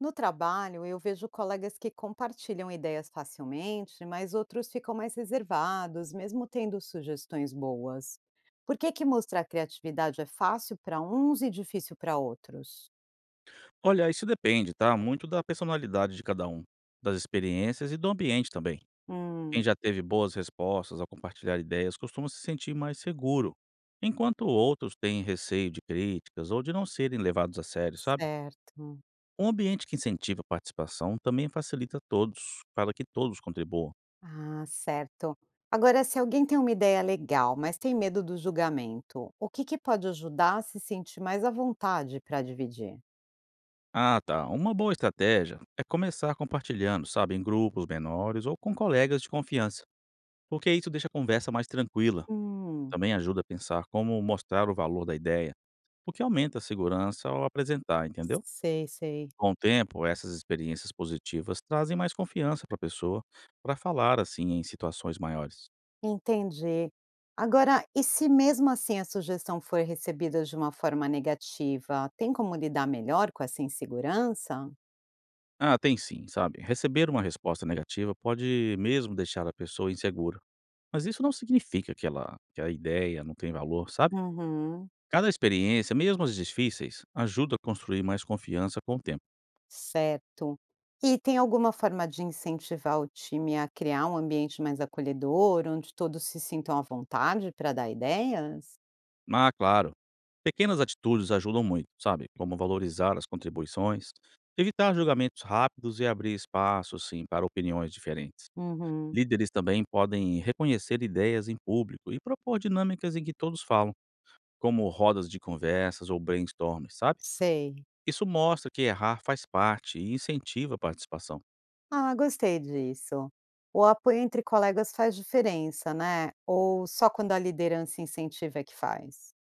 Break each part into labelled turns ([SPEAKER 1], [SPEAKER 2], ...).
[SPEAKER 1] No trabalho, eu vejo colegas que compartilham ideias facilmente, mas outros ficam mais reservados, mesmo tendo sugestões boas. Por que que mostrar criatividade é fácil para uns e difícil para outros?
[SPEAKER 2] Olha, isso depende, tá, muito da personalidade de cada um, das experiências e do ambiente também.
[SPEAKER 1] Hum,
[SPEAKER 2] Quem já teve boas respostas ao compartilhar ideias costuma se sentir mais seguro, enquanto outros têm receio de críticas ou de não serem levados a sério, sabe?
[SPEAKER 1] certo.
[SPEAKER 2] Um ambiente que incentiva a participação também facilita a todos, para que todos contribuam.
[SPEAKER 1] Ah, certo. Agora, se alguém tem uma ideia legal, mas tem medo do julgamento, o que que pode ajudar a se sentir mais à vontade para dividir?
[SPEAKER 2] Ah, tá. Uma boa estratégia é começar compartilhando, sabe, em grupos menores ou com colegas de confiança, porque isso deixa a conversa mais tranquila.
[SPEAKER 1] Hum,
[SPEAKER 2] Também ajuda a pensar como mostrar o valor da ideia, o que aumenta a segurança ao apresentar, entendeu?
[SPEAKER 1] sei, sei.
[SPEAKER 2] Com o tempo, essas experiências positivas trazem mais confiança para a pessoa para falar assim em situações maiores.
[SPEAKER 1] Entendi. Agora, e se mesmo assim a sugestão for recebida de uma forma negativa, tem como lidar melhor com essa insegurança?
[SPEAKER 2] Ah, tem sim, sabe? Receber uma resposta negativa pode mesmo deixar a pessoa insegura, mas isso não significa que ela que a ideia não tem valor, sabe?
[SPEAKER 1] Uhum,
[SPEAKER 2] Cada experiência, mesmo as difíceis, ajuda a construir mais confiança com o tempo.
[SPEAKER 1] certo. E tem alguma forma de incentivar o time a criar um ambiente mais acolhedor, onde todos se sintam à vontade para dar ideias?
[SPEAKER 2] Ah, claro. Pequenas atitudes ajudam muito, sabe? Como valorizar as contribuições, evitar julgamentos rápidos e abrir espaço, sim, para opiniões diferentes.
[SPEAKER 1] Uhum,
[SPEAKER 2] Líderes também podem reconhecer ideias em público e propor dinâmicas em que todos falam, como rodas de conversas ou brainstorms, sabe?
[SPEAKER 1] sei.
[SPEAKER 2] Isso mostra que errar faz parte e incentiva a participação.
[SPEAKER 1] Ah, gostei disso. O apoio entre colegas faz diferença, né? Ou só quando a liderança incentiva é que faz?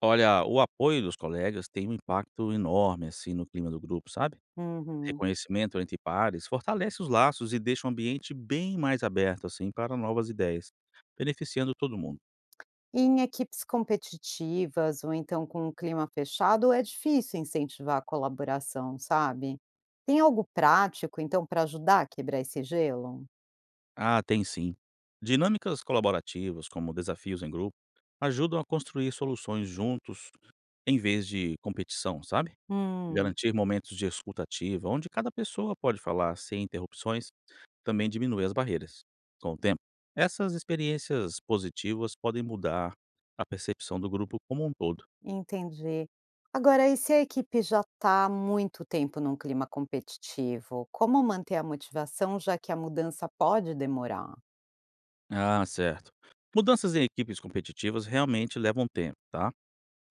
[SPEAKER 2] Olha, o apoio dos colegas tem um impacto enorme, assim, no clima do grupo, sabe?
[SPEAKER 1] Uhum.
[SPEAKER 2] Reconhecimento entre pares fortalece os laços e deixa o ambiente bem mais aberto assim para novas ideias, beneficiando todo mundo.
[SPEAKER 1] Em equipes competitivas ou então com um clima fechado, é difícil incentivar a colaboração, sabe? Tem algo prático, então, para ajudar a quebrar esse gelo?
[SPEAKER 2] Ah, tem sim. Dinâmicas colaborativas, como desafios em grupo, ajudam a construir soluções juntos em vez de competição, sabe?
[SPEAKER 1] Hum,
[SPEAKER 2] Garantir momentos de escuta ativa, onde cada pessoa pode falar sem interrupções, também diminui as barreiras. Com o tempo, essas experiências positivas podem mudar a percepção do grupo como um todo.
[SPEAKER 1] entendi. Agora, e se a equipe já está há muito tempo num clima competitivo, como manter a motivação, já que a mudança pode demorar?
[SPEAKER 2] Ah, certo. Mudanças em equipes competitivas realmente levam tempo, tá?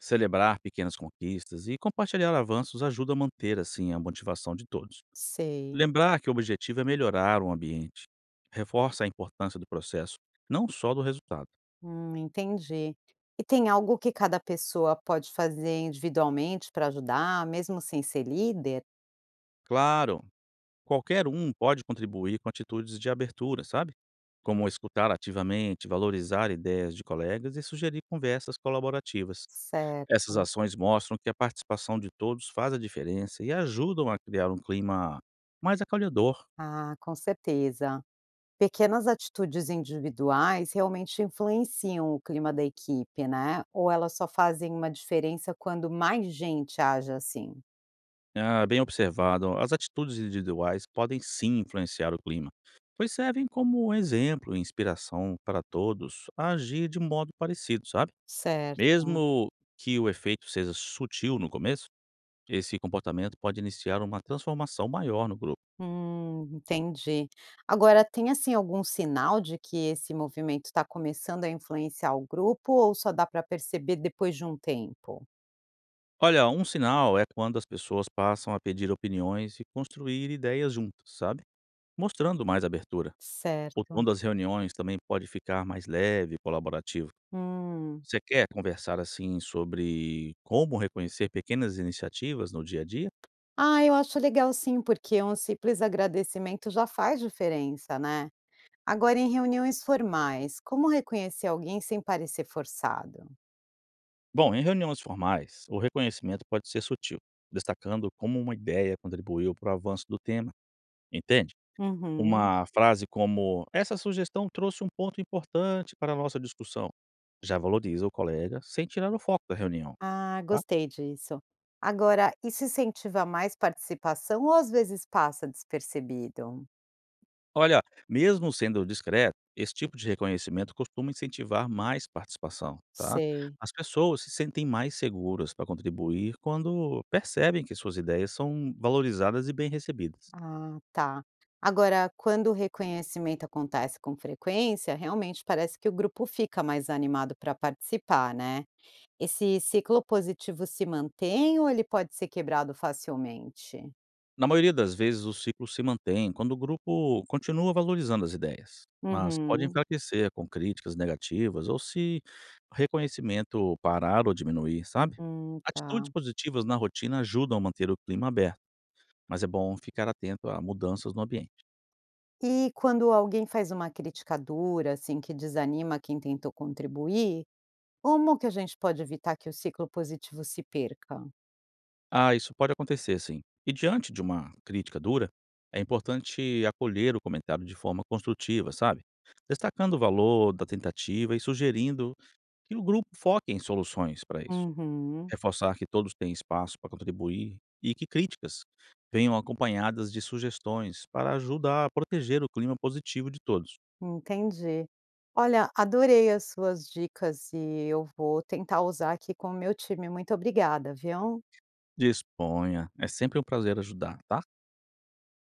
[SPEAKER 2] Celebrar pequenas conquistas e compartilhar avanços ajuda a manter, assim, a motivação de todos.
[SPEAKER 1] Sei.
[SPEAKER 2] Lembrar que o objetivo é melhorar o ambiente reforça a importância do processo, não só do resultado.
[SPEAKER 1] Entendi. E tem algo que cada pessoa pode fazer individualmente para ajudar, mesmo sem ser líder?
[SPEAKER 2] Claro, qualquer um pode contribuir com atitudes de abertura, sabe? Como escutar ativamente, valorizar ideias de colegas e sugerir conversas colaborativas. Essas
[SPEAKER 1] Certo.
[SPEAKER 2] ações mostram que a participação de todos faz a diferença e ajudam a criar um clima mais acolhedor.
[SPEAKER 1] Ah, com certeza. Pequenas atitudes individuais realmente influenciam o clima da equipe, né? Ou elas só fazem uma diferença quando mais gente age assim?
[SPEAKER 2] Ah, bem observado, as atitudes individuais podem sim influenciar o clima, pois servem como exemplo e inspiração para todos a agir de modo parecido, sabe?
[SPEAKER 1] Certo.
[SPEAKER 2] Mesmo que o efeito seja sutil no começo, esse comportamento pode iniciar uma transformação maior no grupo.
[SPEAKER 1] Entendi. Agora, tem assim algum sinal de que esse movimento está começando a influenciar o grupo ou só dá para perceber depois de um tempo?
[SPEAKER 2] Olha, um sinal é quando as pessoas passam a pedir opiniões e construir ideias juntas, sabe? Mostrando mais abertura. O tom
[SPEAKER 1] Certo.
[SPEAKER 2] das reuniões também pode ficar mais leve e colaborativo.
[SPEAKER 1] Hum.
[SPEAKER 2] Você quer conversar assim sobre como reconhecer pequenas iniciativas no dia a dia?
[SPEAKER 1] Ah, eu acho legal sim, porque um simples agradecimento já faz diferença, né? Agora, em reuniões formais, como reconhecer alguém sem parecer forçado?
[SPEAKER 2] Bom, em reuniões formais, o reconhecimento pode ser sutil, destacando como uma ideia contribuiu para o avanço do tema, entende?
[SPEAKER 1] Uhum.
[SPEAKER 2] Uma frase como essa sugestão trouxe um ponto importante para a nossa discussão já valoriza o colega sem tirar o foco da reunião,
[SPEAKER 1] Ah,
[SPEAKER 2] tá?
[SPEAKER 1] gostei disso. Agora, isso incentiva mais participação ou às vezes passa despercebido?
[SPEAKER 2] Olha, mesmo sendo discreto, esse tipo de reconhecimento costuma incentivar mais participação, tá?
[SPEAKER 1] Sei.
[SPEAKER 2] As pessoas se sentem mais seguras para contribuir quando percebem que suas ideias são valorizadas e bem recebidas.
[SPEAKER 1] Ah, tá. Agora, quando o reconhecimento acontece com frequência, realmente parece que o grupo fica mais animado para participar, né? Esse ciclo positivo se mantém ou ele pode ser quebrado facilmente?
[SPEAKER 2] Na maioria das vezes, o ciclo se mantém quando o grupo continua valorizando as ideias, mas pode
[SPEAKER 1] Uhum.
[SPEAKER 2] enfraquecer com críticas negativas ou se o reconhecimento parar ou diminuir, sabe?
[SPEAKER 1] Tá.
[SPEAKER 2] Atitudes positivas na rotina ajudam a manter o clima aberto, mas é bom ficar atento a mudanças no ambiente.
[SPEAKER 1] E quando alguém faz uma crítica dura, assim, que desanima quem tentou contribuir, como que a gente pode evitar que o ciclo positivo se perca?
[SPEAKER 2] Ah, isso pode acontecer sim. E diante de uma crítica dura, é importante acolher o comentário de forma construtiva, sabe? Destacando o valor da tentativa e sugerindo que o grupo foque em soluções para isso.
[SPEAKER 1] Uhum,
[SPEAKER 2] Reforçar que todos têm espaço para contribuir e que críticas venham acompanhadas de sugestões para ajudar a proteger o clima positivo de todos.
[SPEAKER 1] entendi. Olha, adorei as suas dicas e eu vou tentar usar aqui com o meu time. Muito obrigada, viu?
[SPEAKER 2] Disponha, é sempre um prazer ajudar, tá?